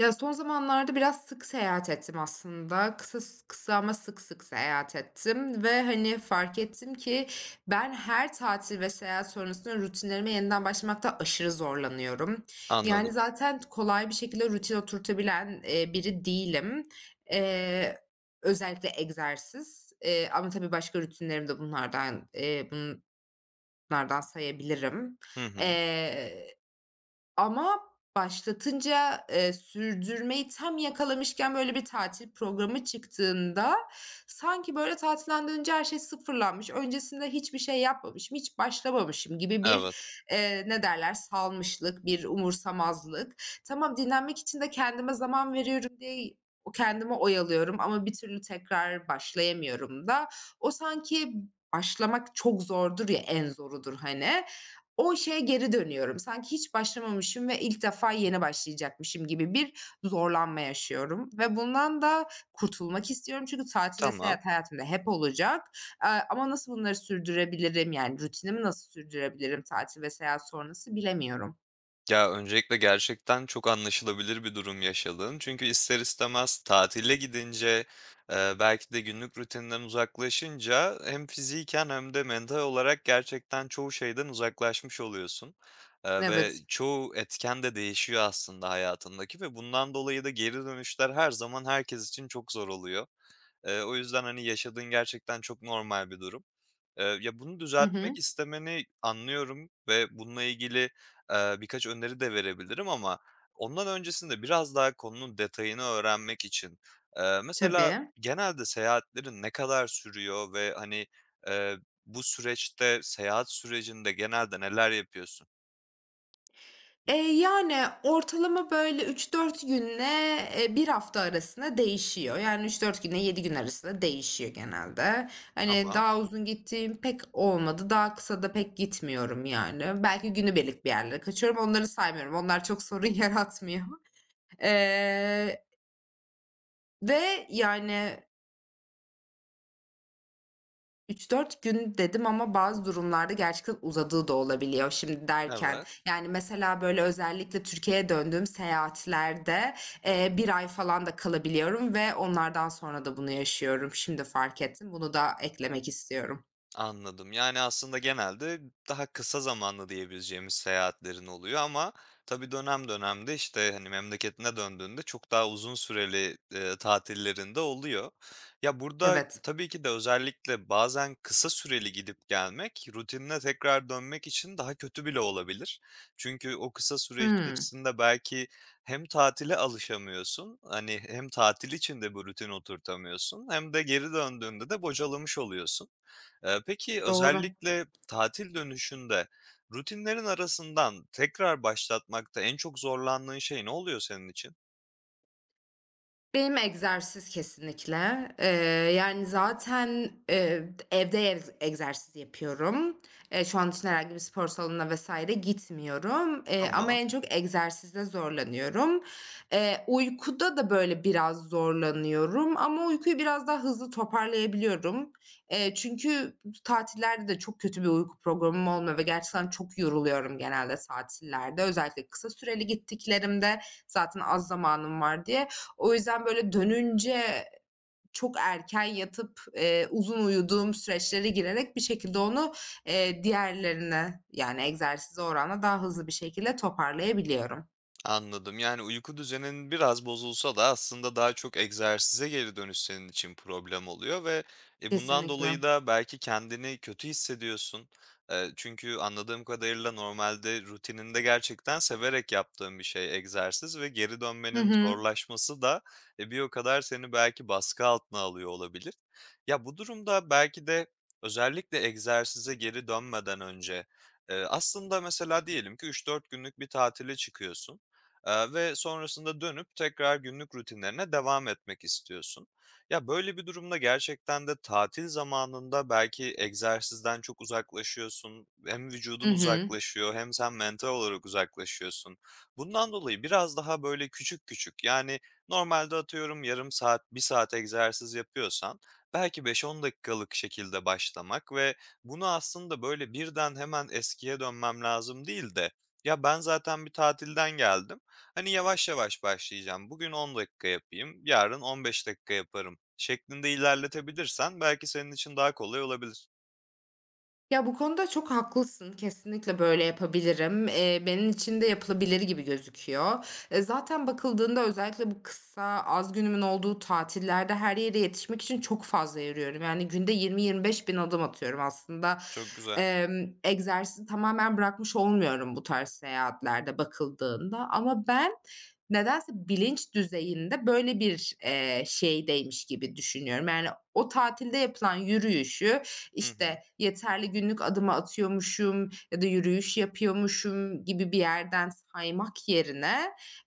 Ya, son zamanlarda biraz sık seyahat ettim aslında. Kısa kısa ama sık sık seyahat ettim ve, hani, fark ettim ki ben her tatil ve seyahat sonrasında rutinlerime yeniden başlamakta aşırı zorlanıyorum. Anladım. Yani, zaten kolay bir şekilde rutin oturtabilen, biri değilim. Eee, özellikle egzersiz, ama tabii başka rutinlerim de bunlardan sayabilirim. Hı hı. Eee ama başlatınca, sürdürmeyi tam yakalamışken böyle bir tatil programı çıktığında sanki böyle tatilden dönünce her şey sıfırlanmış, öncesinde hiçbir şey yapmamışım, hiç başlamamışım gibi bir, Evet, ne derler, salmışlık, bir umursamazlık. Tamam, dinlenmek için de kendime zaman veriyorum diye o kendimi oyalıyorum ama bir türlü tekrar başlayamıyorum da. O sanki başlamak çok zordur ya, en zorudur hani. O şeye geri dönüyorum. Sanki hiç başlamamışım ve ilk defa yeni başlayacakmışım gibi bir zorlanma yaşıyorum ve bundan da kurtulmak istiyorum. Çünkü tatil ve tamam. seyahat hayatımda hep olacak. Ama nasıl bunları sürdürebilirim? Yani rutinimi nasıl sürdürebilirim tatil ve seyahat sonrası bilemiyorum. Ya, öncelikle gerçekten çok anlaşılabilir bir durum yaşadığın. Çünkü ister istemez tatile gidince, belki de günlük rutininden uzaklaşınca hem fiziken hem de mental olarak gerçekten çoğu şeyden uzaklaşmış oluyorsun, ve Evet. çoğu etken de değişiyor aslında hayatındaki ve bundan dolayı da geri dönüşler her zaman herkes için çok zor oluyor. O yüzden, hani, yaşadığın gerçekten çok normal bir durum. Ya, bunu Hı düzeltmek hı. istemeni anlıyorum ve bununla ilgili, birkaç öneri de verebilirim ama ondan öncesinde biraz daha konunun detayını öğrenmek için, mesela Tabii. genelde seyahatlerin ne kadar sürüyor ve, hani, eee, bu süreçte, seyahat sürecinde genelde neler yapıyorsun? Yani ortalama böyle üç dört günle, bir hafta arasında değişiyor. Yani üç dört günle 7 gün arasında değişiyor genelde. Hani Tamam, daha uzun gittiğim pek olmadı. Daha kısa da pek gitmiyorum yani. Belki günübirlik bir yerlere kaçıyorum. Onları saymıyorum. Onlar çok sorun yaratmıyor. Eee, ve yani üç dört gün dedim ama bazı durumlarda gerçekten uzadığı da olabiliyor şimdi derken. evet. Yani mesela böyle özellikle Türkiye'ye döndüğüm seyahatlerde, bir ay falan da kalabiliyorum ve onlardan sonra da bunu yaşıyorum. Şimdi fark ettim. Bunu da eklemek istiyorum. Anladım. Yani, aslında genelde daha kısa zamanlı diyebileceğimiz seyahatlerin oluyor ama tabii dönem dönem de, işte, hani, memleketine döndüğünde çok daha uzun süreli, tatillerin oluyor. Ya, burada Evet. tabii ki de özellikle bazen kısa süreli gidip gelmek rutinine tekrar dönmek için daha kötü bile olabilir. Çünkü o kısa süre Hımm. içerisinde belki hem tatile alışamıyorsun, hani, hem tatil için de bu rutin oturtamıyorsun hem de geri döndüğünde de bocalamış oluyorsun. Peki Doğru. özellikle tatil dönüşünde rutinlerin arasından tekrar başlatmakta en çok zorlandığın şey ne oluyor senin için? Benim egzersiz kesinlikle. Yani zaten, evde egzersiz yapıyorum. Şu an için herhangi bir spor salonuna vs. gitmiyorum, ama Tamam. en çok egzersizde zorlanıyorum. Uykuda da böyle biraz zorlanıyorum ama uykuyu biraz daha hızlı toparlayabiliyorum. Çünkü tatillerde de çok kötü bir uyku programım olmuyor ve gerçekten çok yoruluyorum genelde tatillerde. Özellikle kısa süreli gittiklerimde zaten az zamanım var diye. O yüzden böyle dönünce çok erken yatıp, uzun uyuduğum süreçlere girerek bir şekilde onu, diğerlerine yani egzersize oranla daha hızlı bir şekilde toparlayabiliyorum. Anladım. Yani uyku düzenin biraz bozulsa da aslında daha çok egzersize geri dönüş senin için problem oluyor ve, bundan Kesinlikle. dolayı da belki kendini kötü hissediyorsun. Çünkü anladığım kadarıyla normalde rutininde gerçekten severek yaptığın bir şey egzersiz ve geri Hı dönmenin hı. zorlaşması da, bir o kadar seni belki baskı altına alıyor olabilir. Ya, bu durumda belki de özellikle egzersize geri dönmeden önce, aslında mesela diyelim ki 3-4 günlük bir tatile çıkıyorsun. Ve sonrasında dönüp tekrar günlük rutinlerine devam etmek istiyorsun. Ya, böyle bir durumda gerçekten de tatil zamanında belki egzersizden çok uzaklaşıyorsun. Hem Hı vücudun hı. uzaklaşıyor hem sen mental olarak uzaklaşıyorsun. Bundan dolayı biraz daha böyle küçük küçük, yani, normalde atıyorum yarım saat, bir saat egzersiz yapıyorsan belki 5-10 dakikalık şekilde başlamak ve bunu aslında böyle birden hemen eskiye dönmem lazım değil de, "Ya, ben zaten bir tatilden geldim. Hani yavaş yavaş başlayacağım. Bugün 10 dakika yapayım, yarın 15 dakika yaparım" şeklinde ilerletebilirsen belki senin için daha kolay olabilir. Ya, bu konuda çok haklısın. Kesinlikle böyle yapabilirim. Benim için de yapılabilir gibi gözüküyor. E, zaten bakıldığında özellikle bu kısa, az günümün olduğu tatillerde her yere yetişmek için çok fazla yürüyorum. Yani günde 20-25 bin adım atıyorum aslında. Çok güzel. Egzersizi tamamen bırakmış olmuyorum bu tarz seyahatlerde bakıldığında ama ben nedense bilinç düzeyinde böyle bir, şeydeymiş gibi düşünüyorum. Yani o tatilde yapılan yürüyüşü Hı hı. işte yeterli günlük adımı atıyormuşum ya da yürüyüş yapıyormuşum gibi bir yerden saymak yerine,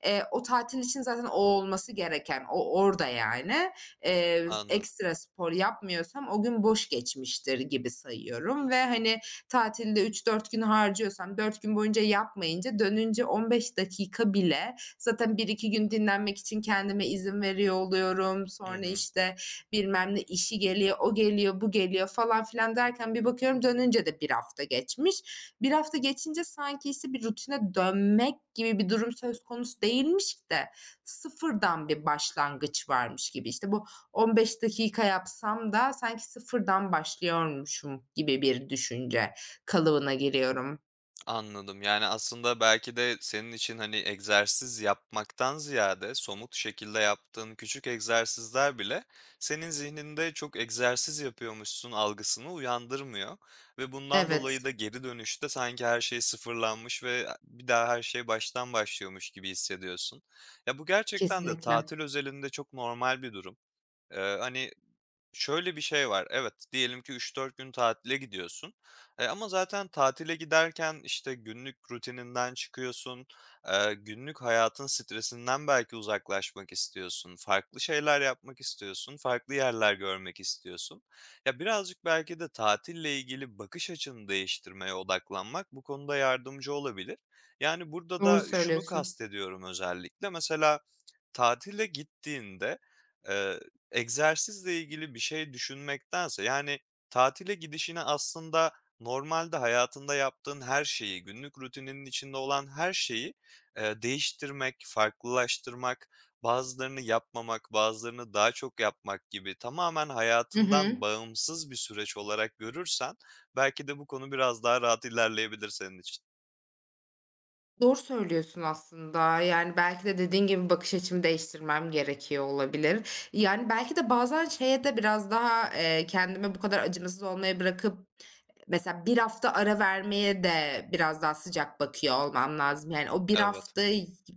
o tatil için zaten o olması gereken, o orada yani. Anladım. Ekstra spor yapmıyorsam o gün boş geçmiştir gibi sayıyorum ve, hani, tatilde üç dört gün harcıyorsam 4 gün boyunca yapmayınca dönünce 15 dakika bile zaten bir iki gün dinlenmek için kendime izin veriyor oluyorum. Hı Sonra, hı. işte, bilmem ne işi geliyor, o geliyor, bu geliyor falan filan derken bir bakıyorum dönünce de bir hafta geçmiş. Bir hafta geçince sanki işte bir rutine dönmek gibi bir durum söz konusu değilmiş de sıfırdan bir başlangıç varmış gibi. İşte bu 15 dakika yapsam da sanki sıfırdan başlıyormuşum gibi bir düşünce kalıbına giriyorum. Anladım. Yani, aslında belki de senin için, hani, egzersiz yapmaktan ziyade somut şekilde yaptığın küçük egzersizler bile senin zihninde çok egzersiz yapıyormuşsun algısını uyandırmıyor ve bundan Evet, dolayı da geri dönüşte sanki her şey sıfırlanmış ve bir daha her şey baştan başlıyormuş gibi hissediyorsun. Ya, bu gerçekten de kesinlikle. tatil özelinde çok normal bir durum. Hani, şöyle bir şey var. Evet, diyelim ki 3-4 gün tatile gidiyorsun. E, ama zaten tatile giderken, işte, günlük rutininden çıkıyorsun, günlük hayatın stresinden belki uzaklaşmak istiyorsun, farklı şeyler yapmak istiyorsun, farklı yerler görmek istiyorsun. Ya, birazcık belki de tatille ilgili bakış açını değiştirmeye odaklanmak bu konuda yardımcı olabilir. Yani, burada Doğru da şunu söylüyorsun. kastediyorum özellikle, mesela tatile gittiğinde, eee, egzersizle ilgili bir şey düşünmektense, yani, tatile gidişini aslında normalde hayatında yaptığın her şeyi, günlük rutininin içinde olan her şeyi, değiştirmek, farklılaştırmak, bazılarını yapmamak, bazılarını daha çok yapmak gibi tamamen Hı hayatından hı. bağımsız bir süreç olarak görürsen belki de bu konu biraz daha rahat ilerleyebilir senin için. Doğru söylüyorsun aslında. Yani, belki de dediğin gibi bakış açımı değiştirmem gerekiyor olabilir. Yani, belki de bazen şeye de biraz daha, kendimi bu kadar acımasız olmaya bırakıp mesela bir hafta ara vermeye de biraz daha sıcak bakıyor olmam lazım. Yani o bir Evet. hafta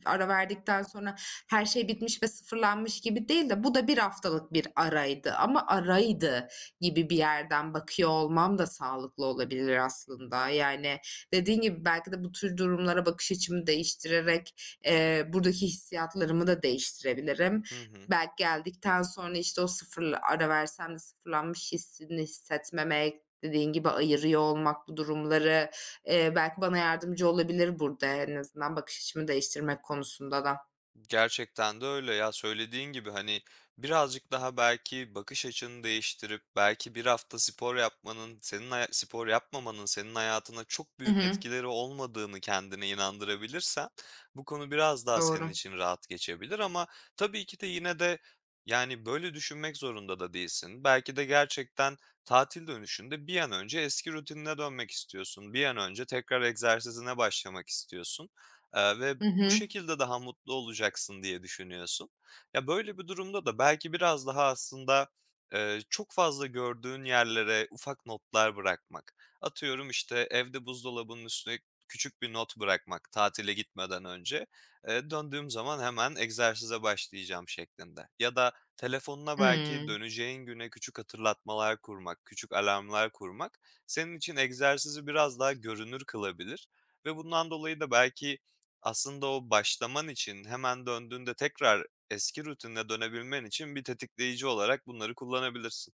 ara verdikten sonra her şey bitmiş ve sıfırlanmış gibi değil de bu da bir haftalık bir araydı ama araydı gibi bir yerden bakıyor olmam da sağlıklı olabilir aslında. Yani dediğin gibi belki de bu tür durumlara bakış açımı değiştirerek, buradaki hissiyatlarımı da değiştirebilirim. Hı hı. Belki geldikten sonra, işte, o sıfır ara versem de sıfırlanmış hissini hissetmemek, dediğin gibi ayırıyor olmak bu durumları, belki bana yardımcı olabilir burada en azından bakış açımı değiştirmek konusunda da. Gerçekten de öyle ya. Söylediğin gibi hani birazcık daha belki bakış açını değiştirip belki bir hafta spor yapmanın senin spor yapmamanın senin hayatına çok I büyük hı. etkileri olmadığını kendine inandırabilirsen bu konu biraz daha senin Doğru. için rahat geçebilir ama tabii ki de yine de yani böyle düşünmek zorunda da değilsin. Belki de gerçekten tatil dönüşünde bir an önce eski rutinine dönmek istiyorsun. Bir an önce tekrar egzersizine başlamak istiyorsun. Ve Hı bu hı. şekilde daha mutlu olacaksın diye düşünüyorsun. Ya, böyle bir durumda da belki biraz daha aslında, çok fazla gördüğün yerlere ufak notlar bırakmak, atıyorum, işte, evde buzdolabının üstüne küçük bir not bırakmak tatile gitmeden önce, döndüğüm zaman hemen egzersize başlayacağım şeklinde ya da telefonuna Hıı. belki döneceğin güne küçük hatırlatmalar kurmak, küçük alarmlar kurmak senin için egzersizi biraz daha görünür kılabilir ve bundan dolayı da belki aslında o başlaman için hemen döndüğünde tekrar eski rutinine dönebilmen için bir tetikleyici olarak bunları kullanabilirsin.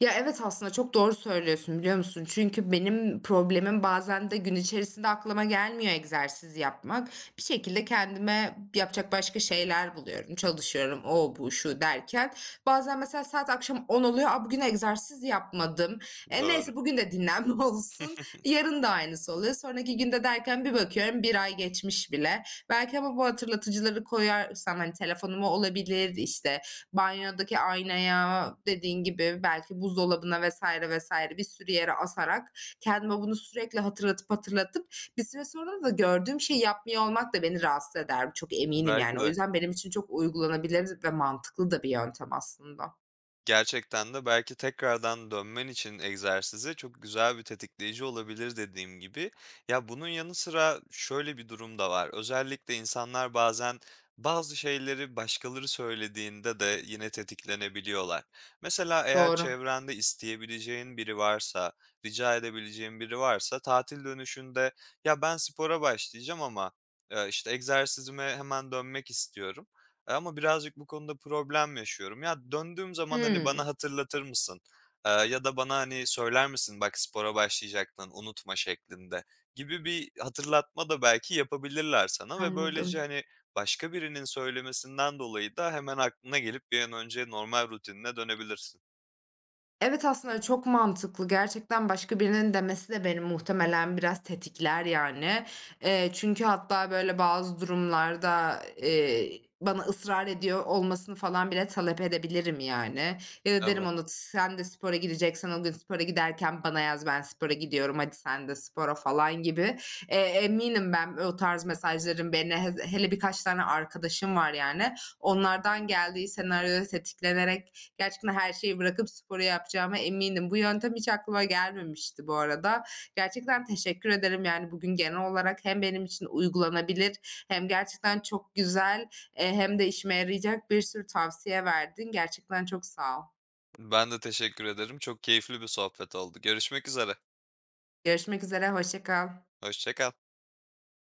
Ya, evet, aslında çok doğru söylüyorsun, biliyor musun? Çünkü benim problemim bazen de gün içerisinde aklıma gelmiyor egzersiz yapmak. Bir şekilde kendime yapacak başka şeyler buluyorum. Çalışıyorum, o, bu, şu derken. Bazen mesela saat akşam 10 oluyor. A, bugün egzersiz yapmadım. E, Doğru. neyse bugün de dinlenme olsun. Yarın da aynısı oluyor. Sonraki günde derken bir bakıyorum bir ay geçmiş bile. Belki ama bu hatırlatıcıları koyarsam, hani, telefonuma olabilir, işte, banyodaki aynaya, dediğin gibi belki buzdolabına vesaire vesaire bir sürü yere asarak kendime bunu sürekli hatırlatıp hatırlatıp bir süre sonra da gördüğüm şeyi yapmıyor olmak da beni rahatsız eder. Çok eminim Belki yani. O de. yüzden benim için çok uygulanabilir ve mantıklı da bir yöntem aslında. Gerçekten de belki tekrardan dönmen için egzersize çok güzel bir tetikleyici olabilir dediğim gibi. Ya, bunun yanı sıra şöyle bir durum da var. Özellikle insanlar bazen bazı şeyleri başkaları söylediğinde de yine tetiklenebiliyorlar. Mesela eğer Doğru. çevrende isteyebileceğin biri varsa, rica edebileceğin biri varsa tatil dönüşünde, "Ya, ben spora başlayacağım ama, işte, egzersizime hemen dönmek istiyorum." Ama birazcık bu konuda problem yaşıyorum. Ya, döndüğüm zaman, hani, bana Hımm, hatırlatır mısın, ya da bana, hani, söyler misin bak spora başlayacaktın unutma şeklinde gibi bir hatırlatma da belki yapabilirler sana ve böylece, anladım. hani, başka birinin söylemesinden dolayı da hemen aklına gelip bir an önce normal rutinine dönebilirsin. Evet, aslında çok mantıklı. Gerçekten başka birinin demesi de beni muhtemelen biraz tetikler yani. Çünkü hatta böyle bazı durumlarda, bana ısrar ediyor olmasını falan bile talep edebilirim yani. Ya da derim Evet. ona, "Sen de spora gideceksen o gün spora giderken bana yaz, ben spora gidiyorum, hadi sen de spora." falan gibi. Eminim ben o tarz mesajların beni hele birkaç tane arkadaşım var yani. Onlardan geldiği senaryoda tetiklenerek gerçekten her şeyi bırakıp sporu yapacağıma eminim. Bu yöntem hiç aklıma gelmemişti bu arada. Gerçekten teşekkür ederim, yani, bugün genel olarak hem benim için uygulanabilir hem gerçekten çok güzel, hem de işime yarayacak bir sürü tavsiye verdin. Gerçekten çok sağ ol. Ben de teşekkür ederim. Çok keyifli bir sohbet oldu. Görüşmek üzere. Görüşmek üzere, hoşça kal. Hoşça kal.